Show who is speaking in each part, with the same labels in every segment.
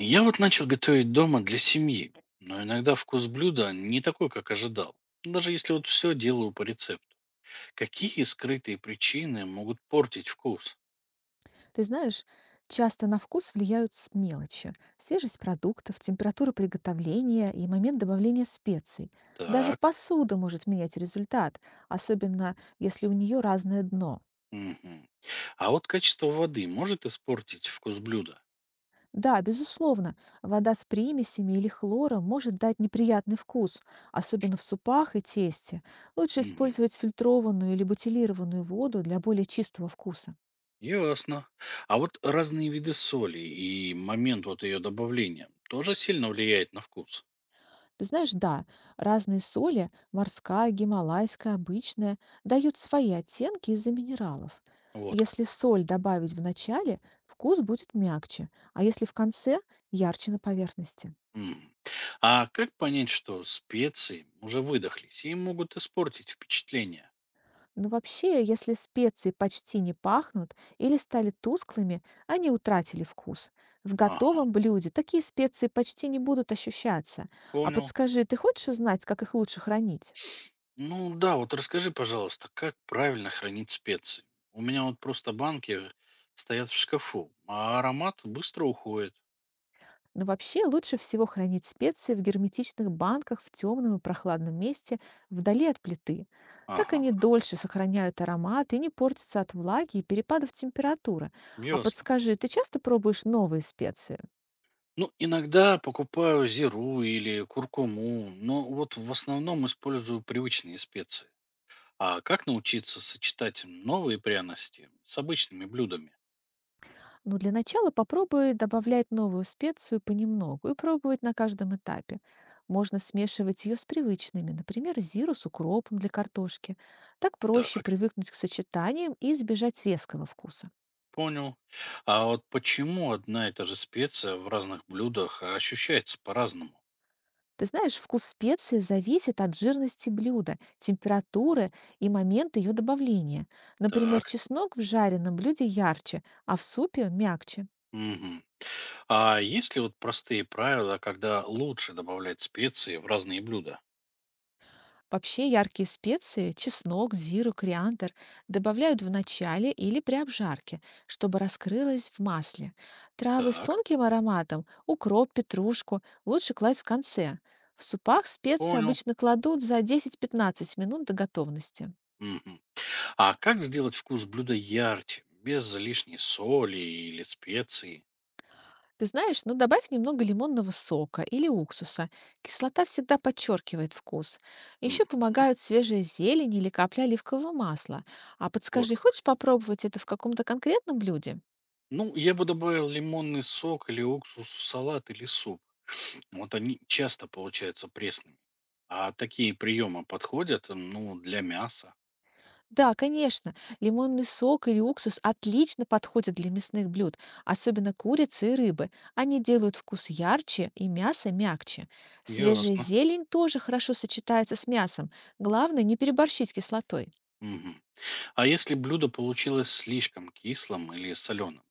Speaker 1: Я вот начал готовить дома для семьи, но иногда вкус блюда не такой, как ожидал. Даже если вот все делаю по рецепту. Какие скрытые причины могут портить вкус?
Speaker 2: Ты знаешь, часто на вкус влияют мелочи. Свежесть продуктов, температура приготовления и момент добавления специй. Даже
Speaker 1: Так.
Speaker 2: посуда может менять результат, особенно если у нее разное дно.
Speaker 1: Мгм. А вот качество воды может испортить вкус блюда?
Speaker 2: Да, безусловно, вода с примесями или хлором может дать неприятный вкус, особенно в супах и тесте. Лучше
Speaker 1: Мгм.
Speaker 2: использовать фильтрованную или бутилированную воду для более чистого вкуса.
Speaker 1: Ясно. А вот разные виды соли и момент вот ее добавления тоже сильно влияет на вкус.
Speaker 2: Ты знаешь, да, разные соли, морская, гималайская, обычная, дают свои оттенки из-за минералов.
Speaker 1: Вот как.
Speaker 2: Если соль добавить в начале, вкус будет мягче, а если в конце — ярче на поверхности.
Speaker 1: М. А как понять, что специи уже выдохлись и могут испортить впечатление?
Speaker 2: Но вообще, если специи почти не пахнут или стали тусклыми, они утратили вкус. В
Speaker 1: Ага.
Speaker 2: готовом блюде такие специи почти не будут ощущаться. А
Speaker 1: Понял.
Speaker 2: подскажи, ты хочешь узнать, как их лучше хранить?
Speaker 1: Ну да, вот расскажи, пожалуйста, как правильно хранить специи? У меня вот просто банки стоят в шкафу, а аромат быстро уходит.
Speaker 2: Но вообще лучше всего хранить специи в герметичных банках в темном и прохладном месте, вдали от плиты. Так они
Speaker 1: Ага,
Speaker 2: дольше сохраняют аромат и не портятся от влаги и перепадов температуры. А
Speaker 1: ясно.
Speaker 2: подскажи, ты часто пробуешь новые специи?
Speaker 1: Ну, иногда покупаю зиру или куркуму, но вот в основном использую привычные специи. А как научиться сочетать новые пряности с обычными блюдами?
Speaker 2: Ну, для начала попробуй добавлять новую специю понемногу и пробовать на каждом этапе. Можно смешивать ее с привычными, например, зиру с укропом для картошки. Так проще
Speaker 1: Так,
Speaker 2: привыкнуть к сочетаниям и избежать резкого вкуса.
Speaker 1: понял. А вот почему одна и та же специя в разных блюдах ощущается по-разному?
Speaker 2: Ты знаешь, вкус специи зависит от жирности блюда, температуры и момента ее добавления. Например,
Speaker 1: Так.
Speaker 2: чеснок в жареном блюде ярче, а в супе мягче.
Speaker 1: Мгм. А есть ли вот простые правила, когда лучше добавлять специи в разные блюда?
Speaker 2: Вообще яркие специи — чеснок, зиру, кориандр — добавляют в начале или при обжарке, чтобы раскрылось в масле. Травы с
Speaker 1: Так,
Speaker 2: тонким ароматом — укроп, петрушку — лучше класть в конце. В супах специи
Speaker 1: понял.
Speaker 2: обычно кладут за 10-15 минут до готовности.
Speaker 1: Мгм. А как сделать вкус блюда ярче, без лишней соли или специй?
Speaker 2: Ты знаешь, ну добавь немного лимонного сока или уксуса. Кислота всегда подчеркивает вкус.
Speaker 1: Мгм.
Speaker 2: Еще помогают свежая зелень или капля оливкового масла. А
Speaker 1: Вот
Speaker 2: подскажи,
Speaker 1: как.
Speaker 2: хочешь попробовать это в каком-то конкретном блюде?
Speaker 1: Ну, я бы добавил лимонный сок или уксус в салат или суп. Вот они часто получаются пресными. А такие приемы подходят, м, ну, для мяса.
Speaker 2: Да, конечно. Лимонный сок или уксус отлично подходят для мясных блюд, особенно курицы и рыбы. Они делают вкус ярче и мясо мягче. Свежая
Speaker 1: Ясно.
Speaker 2: зелень тоже хорошо сочетается с мясом. Главное не переборщить с кислотой.
Speaker 1: Мгм. А если блюдо получилось слишком кислым или соленым?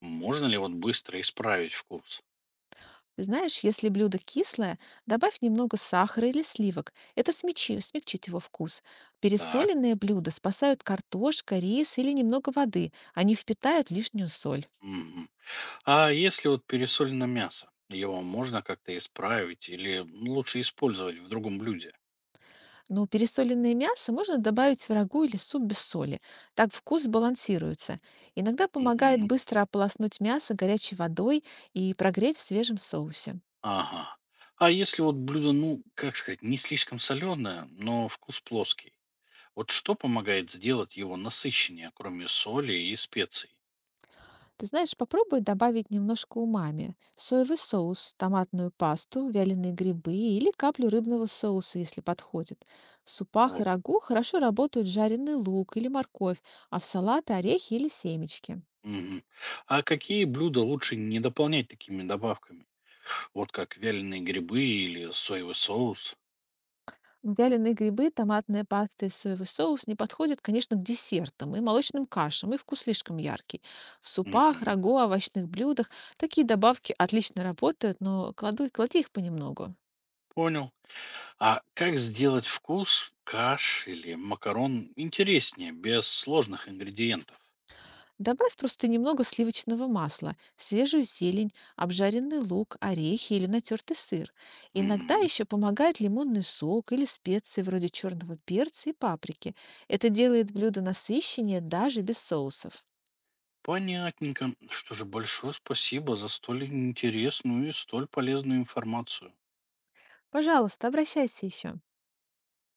Speaker 1: Можно ли вот быстро исправить вкус?
Speaker 2: Ты знаешь, если блюдо кислое, добавь немного сахара или сливок. Это смягчит его вкус.
Speaker 1: Так.
Speaker 2: Пересоленные блюда спасают картошка, рис или немного воды. Они впитают лишнюю соль.
Speaker 1: Мгм. А если вот пересолено мясо? Его можно как-то исправить или, ну, лучше использовать в другом блюде?
Speaker 2: Но пересоленное мясо можно добавить в рагу или суп без соли. Так вкус балансируется. Иногда помогает
Speaker 1: Мгм.
Speaker 2: быстро ополоснуть мясо горячей водой и прогреть в свежем соусе.
Speaker 1: Ага. А если вот блюдо, ну, как сказать, не слишком соленое, но вкус плоский? Вот что помогает сделать его насыщеннее, кроме соли и специй?
Speaker 2: Ты знаешь, попробуй добавить немножко умами. Соевый соус, томатную пасту, вяленые грибы или каплю рыбного соуса, если подходит. В супах и
Speaker 1: Вот.
Speaker 2: рагу хорошо работают жареный лук или морковь, а в салаты орехи или семечки.
Speaker 1: Мгм. А какие блюда лучше не дополнять такими добавками? Вот как вяленые грибы или соевый соус?
Speaker 2: Вяленые грибы, томатная паста и соевый соус не подходят, конечно, к десертам и молочным кашам, и вкус слишком яркий. В супах,
Speaker 1: Мгм.
Speaker 2: рагу, овощных блюдах такие добавки отлично работают, но клади их понемногу.
Speaker 1: Понял. А как сделать вкус каш или макарон интереснее, без сложных ингредиентов?
Speaker 2: Добавь просто немного сливочного масла, свежую зелень, обжаренный лук, орехи или натертый сыр. Иногда
Speaker 1: Мгм.
Speaker 2: еще помогает лимонный сок или специи вроде черного перца и паприки. Это делает блюдо насыщеннее даже без соусов.
Speaker 1: Понятненько. Что же, большое спасибо за столь интересную и столь полезную информацию.
Speaker 2: Пожалуйста, обращайся еще.